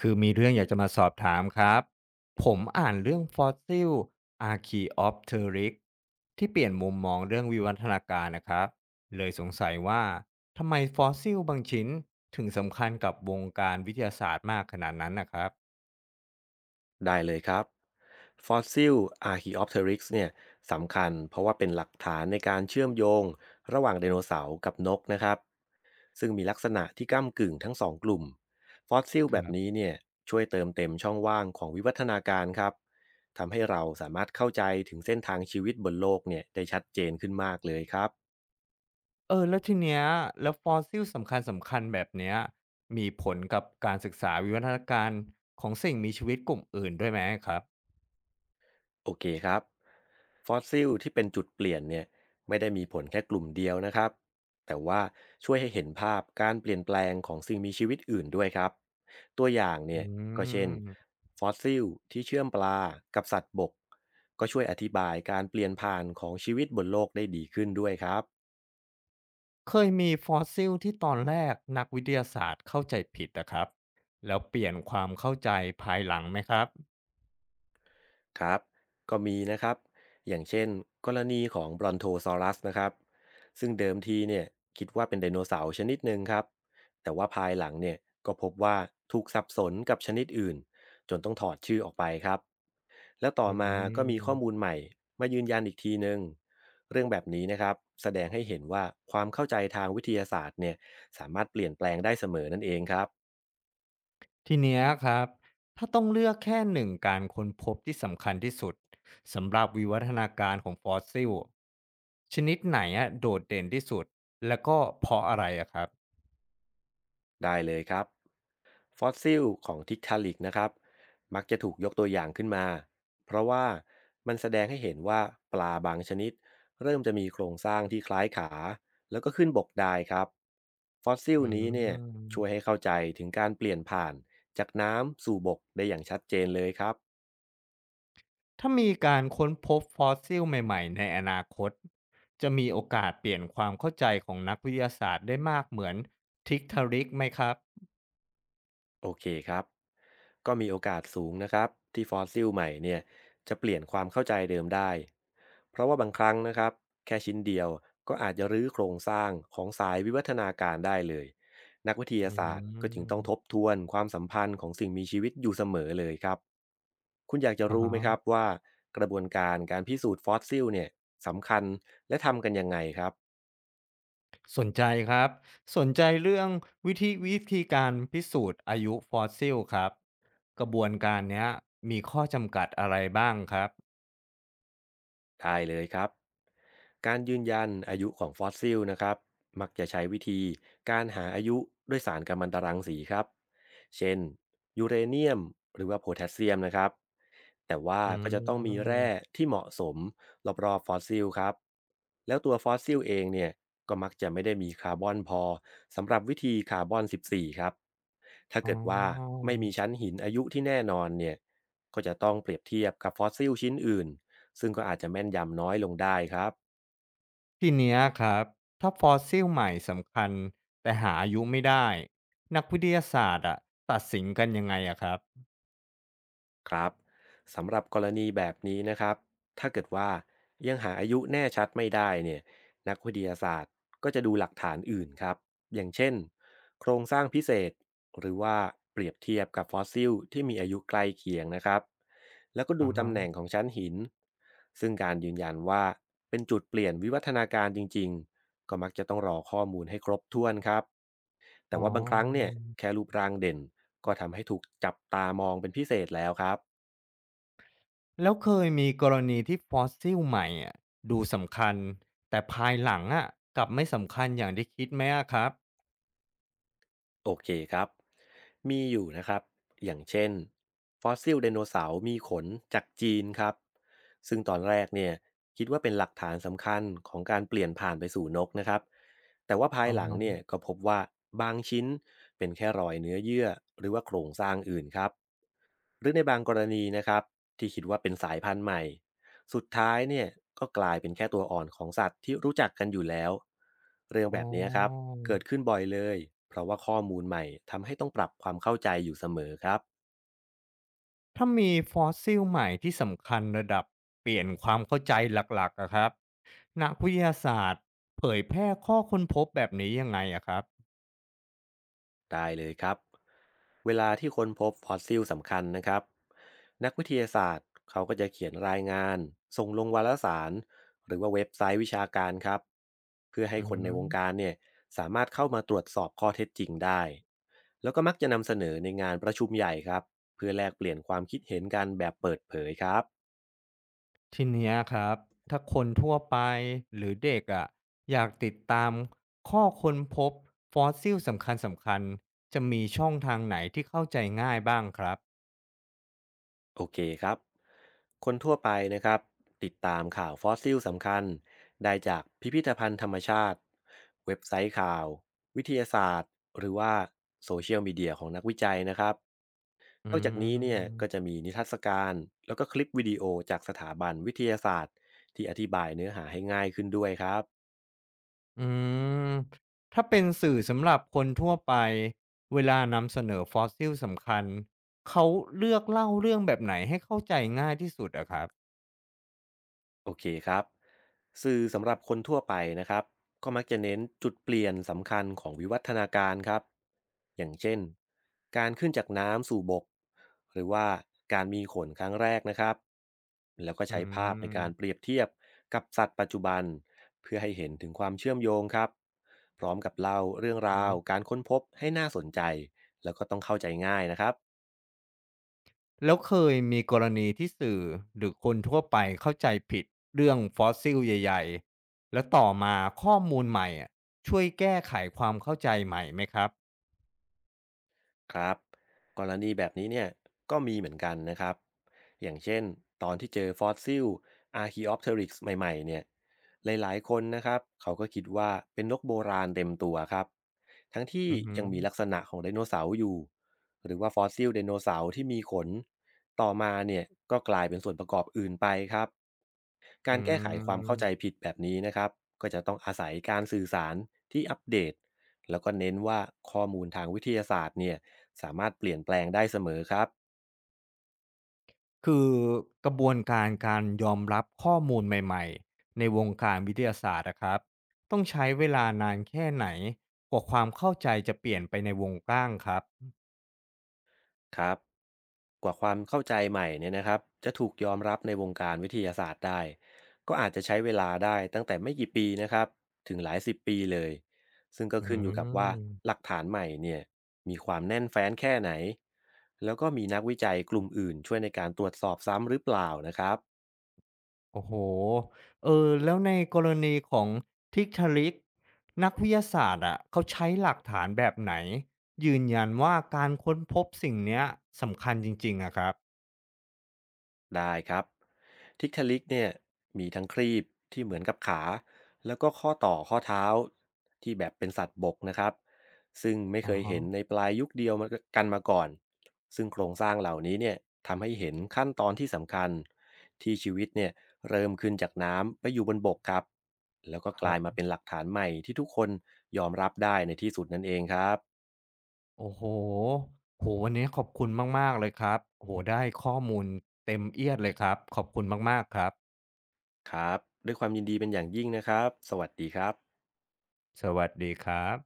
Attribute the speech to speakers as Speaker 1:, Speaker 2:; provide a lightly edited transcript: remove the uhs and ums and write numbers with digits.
Speaker 1: คือมีเรื่องอยากจะมาสอบถามครับผมอ่านเรื่องฟอสซิล a r c h e o p t e r y x ที่เปลี่ยนมุมมองเรื่องวิวัฒนาการนะครับเลยสงสัยว่าทำไมฟอสซิลบางชิ้นถึงสำคัญกับวงการวิทยาศาสตร์มากขนาดนั้นนะครับ
Speaker 2: ได้เลยครับฟอสซิล Archaeopteryx เนี่ยสำคัญเพราะว่าเป็นหลักฐานในการเชื่อมโยงระหว่างไดโนเสาร์กับนกนะครับซึ่งมีลักษณะที่ก้ากึ่งทั้งสองกลุ่มฟอสซิล
Speaker 1: ค
Speaker 2: แบบ
Speaker 1: รั
Speaker 2: นี้
Speaker 1: บ
Speaker 2: เนี่ยช่วยเติมเต็มช่องว่างของวิวัฒนาการครับทำให้เราสามารถเข้าใจถึงเส้นทางชีวิตบนโลกเนี่ยได้ชัดเจนขึ้นมากเลยครับ
Speaker 1: เออแล้วทีเนี้ยแล้วฟอสซิลสำคัญแบบเนี้ยมีผลกับการศึกษาวิวัฒนาการของสิ่งมีชีวิตกลุ่มอื่นด้วยไหมครับ
Speaker 2: โอเคครับฟอสซิลที่เป็นจุดเปลี่ยนเนี่ยไม่ได้มีผลแค่กลุ่มเดียวนะครับแต่ว่าช่วยให้เห็นภาพการเปลี่ยนแปลงของสิ่งมีชีวิตอื่นด้วยครับตัวอย่าง
Speaker 1: อื
Speaker 2: เนี่ยก็เช่น
Speaker 1: ม
Speaker 2: ฟอสซิลที่เชื่อมปลากับสัตว์บกก็ช่วยอธิบายการเปลี่ยนผ่านของชีวิตบนโลกได้ดีขึ้นด้วยครับ
Speaker 1: เคยมีฟอสซิลที่ตอนแรกนักวิทยาศาสตร์เข้าใจผิดนะครับแล้วเปลี่ยนความเข้าใจภายหลังไหมครับ
Speaker 2: ครับก็มีนะครับอย่างเช่นกรณีของบรอนโทซอรัสนะครับซึ่งเดิมทีเนี่ยคิดว่าเป็นไดโนเสาร์ชนิดหนึ่งครับแต่ว่าภายหลังเนี่ยก็พบว่าถูกสับสนกับชนิดอื่นจนต้องถอดชื่อออกไปครับแล้วต่อ
Speaker 1: อื
Speaker 2: มาก็มีข้อมูล
Speaker 1: ม
Speaker 2: ใหม่มายืนยันอีกทีหนึ่งเรื่องแบบนี้นะครับแสดงให้เห็นว่าความเข้าใจทางวิทยาศาสตร์เนี่ยสามารถเปลี่ยนแปลงได้เสมอนั่นเองครับ
Speaker 1: ทีเนี้ยครับถ้าต้องเลือกแค่หนึ่งการค้นพบที่สำคัญที่สุดสำหรับวิวัฒนาการของฟอสซิลชนิดไหนอะโดดเด่นที่สุดแล้วก็เพราะอะไรอะครับ
Speaker 2: ได้เลยครับ ฟอสซิลของทิกทาลิกนะครับมักจะถูกยกตัวอย่างขึ้นมาเพราะว่ามันแสดงให้เห็นว่าปลาบางชนิดเริ่มจะมีโครงสร้างที่คล้ายขาแล้วก็ขึ้นบกได้ครับฟอสซิล
Speaker 1: อื
Speaker 2: นี้เนี่ยช่วยให้
Speaker 1: ม
Speaker 2: เข้าใจถึงการเปลี่ยนผ่านจากน้ำสู่บกได้อย่างชัดเจนเลยครับ
Speaker 1: ถ้ามีการค้นพบฟอสซิลใหม่ๆในอนาคตจะมีโอกาสเปลี่ยนความเข้าใจของนักวิทยาศาสตร์ได้มากเหมือนทิกทาริกไหมครับ
Speaker 2: โอเคครับก็มีโอกาสสูงนะครับที่ฟอสซิลใหม่เนี่ยจะเปลี่ยนความเข้าใจเดิมได้ เพราะว่าบางครั้งนะครับแค่ชิ้นเดียวก็อาจจะรื้อโครงสร้างของสายวิวัฒนาการได้เลยนักวิท
Speaker 1: อื
Speaker 2: ยาศาสตร์ก็จึงต้อง
Speaker 1: ม
Speaker 2: ทบทวนความสัมพันธ์ของสิ่งมีชีวิตอยู่เสมอเลยครับคุณอยากจะ
Speaker 1: อ๋อ
Speaker 2: รู้ไหมครับว่ากระบวนการการพิสูจน์ฟอสซิลเนี่ยสำคัญและทำกันยังไงครับ
Speaker 1: สนใจครับ สนใจเรื่องวิธีการพิสูจน์อายุฟอสซิลครับ กระบวนการเนี้ยมีข้อจำกัดอะไรบ้างครับ
Speaker 2: ได้เลยครับ การยืนยันอายุของฟอสซิลนะครับมักจะใช้วิธีการหาอายุด้วยสารกัมมันตรังสีครับเช่นยูเรเนียมหรือว่าโพแทสเซียมนะครับแต่ว่า
Speaker 1: อื
Speaker 2: ก็จะต้องมีแร่
Speaker 1: ม
Speaker 2: ที่เหมาะสมรอบๆฟอสซิลครับแล้วตัวฟอสซิลเองเนี่ยก็มักจะไม่ได้มีคาร์บอนพอสำหรับวิธีคาร์บอน14ครับถ้า
Speaker 1: อ๋
Speaker 2: เกิดว่า
Speaker 1: อ
Speaker 2: ไม่มีชั้นหินอายุที่แน่นอนเนี่ยก็จะต้องเปรียบเทียบกับฟอสซิลชิ้นอื่นซึ่งก็อาจจะแม่นยำน้อยลงได้ครับ
Speaker 1: ทีเนี้ยครับถ้าฟอสซิลใหม่สำคัญแต่หาอายุไม่ได้นักวิทยาศาสตร์อะตัดสินกันยังไงอะครับ
Speaker 2: ครับสำหรับกรณีแบบนี้นะครับถ้าเกิดว่ายังหาอายุแน่ชัดไม่ได้เนี่ยนักวิทยาศาสตร์ก็จะดูหลักฐานอื่นครับอย่างเช่นโครงสร้างพิเศษหรือว่าเปรียบเทียบกับฟอสซิลที่มีอายุใกล้เคียงนะครับแล้วก็ดู
Speaker 1: อาฮะ
Speaker 2: ตำแหน่งของชั้นหินซึ่งการยืนยันว่าเป็นจุดเปลี่ยนวิวัฒนาการจริงๆก็มักจะต้องรอข้อมูลให้ครบถ้วนครับ
Speaker 1: อ๋
Speaker 2: แต่
Speaker 1: อ
Speaker 2: ว่าบางครั้งเนี่ยแค่รูปร่างเด่นก็ทำให้ถูกจับตามองเป็นพิเศษแล้วครับ
Speaker 1: แล้วเคยมีกรณีที่ฟอสซิลใหม่อะดูสำคัญแต่ภายหลังอะกลับไม่สำคัญอย่างที่คิดไหมอะครับ
Speaker 2: โอเคครับ มีอยู่นะครับ อย่างเช่น ฟอสซิลไดโนเสาร์มีขนจากจีนครับ ซึ่งตอนแรกเนี่ยคิดว่าเป็นหลักฐานสำคัญของการเปลี่ยนผ่านไปสู่นกนะครับ แต่ว่าภา
Speaker 1: อ
Speaker 2: ย
Speaker 1: อ
Speaker 2: หลัง
Speaker 1: ฮะ
Speaker 2: เนี่ยก็พบว่าบางชิ้นเป็นแค่รอยเนื้อเยื่อหรือว่าโครงสร้างอื่นครับ หรือในบางกรณีนะครับที่คิดว่าเป็นสายพันธุ์ใหม่สุดท้ายเนี่ยก็กลายเป็นแค่ตัวอ่อนของสัตว์ที่รู้จักกันอยู่แล้วเรื่อง
Speaker 1: อ๋
Speaker 2: แบ
Speaker 1: อ
Speaker 2: บนี้ครับเกิดขึ้นบ่อยเลยเพราะว่าข้อมูลใหม่ทำให้ต้องปรับความเข้าใจอยู่เสมอครับ
Speaker 1: ถ้ามีฟอสซิลใหม่ที่สำคัญระดับเปลี่ยนความเข้าใจหลักๆอะครับนักวิทยาศาสตร์เผยแพร่ข้อค้นพบแบบนี้ยังไงอะครับ
Speaker 2: ได้เลยครับเวลาที่ค้นพบฟอสซิลสำคัญนะครับนักวิทยาศาสตร์เขาก็จะเขียนรายงานส่งลงวารสารหรือว่าเว็บไซต์วิชาการครับเพื่อให้
Speaker 1: อื
Speaker 2: คนในวงการ
Speaker 1: ม
Speaker 2: เนี่ยสามารถเข้ามาตรวจสอบข้อเท็จจริงได้แล้วก็มักจะนำเสนอในงานประชุมใหญ่ครับเพื่อแลกเปลี่ยนความคิดเห็นกันแบบเปิดเผยครับ
Speaker 1: ทีเนี้ยครับถ้าคนทั่วไปหรือเด็กอะอยากติดตามข้อค้นพบฟอสซิลสำคัญจะมีช่องทางไหนที่เข้าใจง่ายบ้างครับ
Speaker 2: โอเคครับ คนทั่วไปนะครับติดตามข่าวฟอสซิลสำคัญได้จากพิพิธภัณฑ์ธรรมชาติเว็บไซต์ข่าววิทยาศาสตร์หรือว่าโซเชียลมีเดียของนักวิจัยนะครับ
Speaker 1: อื
Speaker 2: นอกจากนี้เนี่ยก็จะ
Speaker 1: ม
Speaker 2: มีนิทรรศการแล้วก็คลิปวิดีโอจากสถาบันวิทยาศาสตร์ที่อธิบายเนื้อหาให้ง่ายขึ้นด้วยครับ
Speaker 1: อืมถ้าเป็นสื่อสำหรับคนทั่วไปเวลานำเสนอฟอสซิลสำคัญเขาเลือกเล่าเรื่องแบบไหนให้เข้าใจง่ายที่สุดอะครับ
Speaker 2: โอเคครับสื่อสำหรับคนทั่วไปนะครับก็มักจะเน้นจุดเปลี่ยนสำคัญของวิวัฒนาการครับอย่างเช่นการขึ้นจากน้ำสู่บกหรือว่าการมีขนครั้งแรกนะครับแล้วก็
Speaker 1: อื
Speaker 2: ใช้ภาพในการ
Speaker 1: ม
Speaker 2: เปรียบเทียบกับสัตว์ปัจจุบันเพื่อให้เห็นถึงความเชื่อมโยงครับพร้อมกับเล่าเรื่องราว
Speaker 1: อ
Speaker 2: การค้นพบให้น่าสนใจแล้วก็ต้องเข้าใจง่ายนะครับ
Speaker 1: แล้วเคยมีกรณีที่สื่อหรือคนทั่วไปเข้าใจผิดเรื่องฟอสซิลใหญ่ๆ แล้วต่อมาข้อมูลใหม่อะช่วยแก้ไขความเข้าใจใหม่ไหมครับ
Speaker 2: ครับกรณีแบบนี้เนี่ยก็มีเหมือนกันนะครับอย่างเช่นตอนที่เจอฟอสซิล Archaeopteryx ใหม่ๆเนี่ยหลายๆคนนะครับเขาก็คิดว่าเป็นนกโบราณเต็มตัวครับทั้งที่
Speaker 1: อือฮึ
Speaker 2: ยังมีลักษณะของไดโนเสาร์อยู่หรือว่าฟอสซิลไดโนเสาร์ที่มีขนต่อมาเนี่ยก็กลายเป็นส่วนประกอบอื่นไปครับ กา
Speaker 1: อื
Speaker 2: รแก้ไขความเข้าใจ
Speaker 1: ม
Speaker 2: ผิดแบบนี้นะครับก็จะต้องอาศัยการสื่อสารที่อัปเดตแล้วก็เน้นว่าข้อมูลทางวิทยาศาสตร์เนี่ยสามารถเปลี่ยนแปลงได้เสมอครับ
Speaker 1: คือกระบวนการการยอมรับข้อมูลใหม่ๆ ในวงการวิทยาศาสตร์นะครับต้องใช้เวลานานแค่ไหนกว่าความเข้าใจจะเปลี่ยนไปในวงกว้างครับ
Speaker 2: ครับกว่าความเข้าใจใหม่เนี่ยนะครับจะถูกยอมรับในวงการวิทยาศาสตร์ได้ ก็อาจจะใช้เวลาได้ตั้งแต่ไม่กี่ปีนะครับถึงหลายสิบปีเลย ซึ่งก็
Speaker 1: อื
Speaker 2: ขึ้นอยู่กับว่าห
Speaker 1: ม
Speaker 2: ลักฐานใหม่เนี่ยมีความแน่นแฟ้นแค่ไหนแล้วก็มีนักวิจัยกลุ่มอื่นช่วยในการตรวจสอบซ้ำหรือเปล่านะครับ
Speaker 1: โอ้โฮเออแล้วในกรณีของทริกทริกนักวิทยาศาสตร์อะเขาใช้หลักฐานแบบไหนยืนยันว่าการค้นพบสิ่งเนี้ยสำคัญจริงๆอะครับ
Speaker 2: ได้ครับทิกทะลิกเนี่ยมีทั้งครีบที่เหมือนกับขาแล้วก็ข้อต่อข้อเท้าที่แบบเป็นสัตว์บกนะครับซึ่งไม่เค
Speaker 1: อะ
Speaker 2: ย
Speaker 1: ฮะ
Speaker 2: เห็นในปลายยุคเดียวมากันมาก่อนซึ่งโครงสร้างเหล่านี้เนี่ยทำให้เห็นขั้นตอนที่สำคัญที่ชีวิตเนี่ยเริ่มขึ้นจากน้ำไปอยู่บนบกครับแล้วก็
Speaker 1: ค
Speaker 2: ก
Speaker 1: รั
Speaker 2: ลายมา
Speaker 1: บ
Speaker 2: เป็นหลักฐานใหม่ที่ทุกคนยอมรับได้ในที่สุดนั่นเองครับ
Speaker 1: โอ้โฮโอ้โฮวันนี้ขอบคุณมากๆเลยครับโอ้โฮได้ข้อมูลเต็มเอี๊ยดเลยครับ ขอบคุณมากๆครับ
Speaker 2: ครับด้วยความยินดีเป็นอย่างยิ่งนะครับสวัสดีครับ
Speaker 1: สวัสดีครับ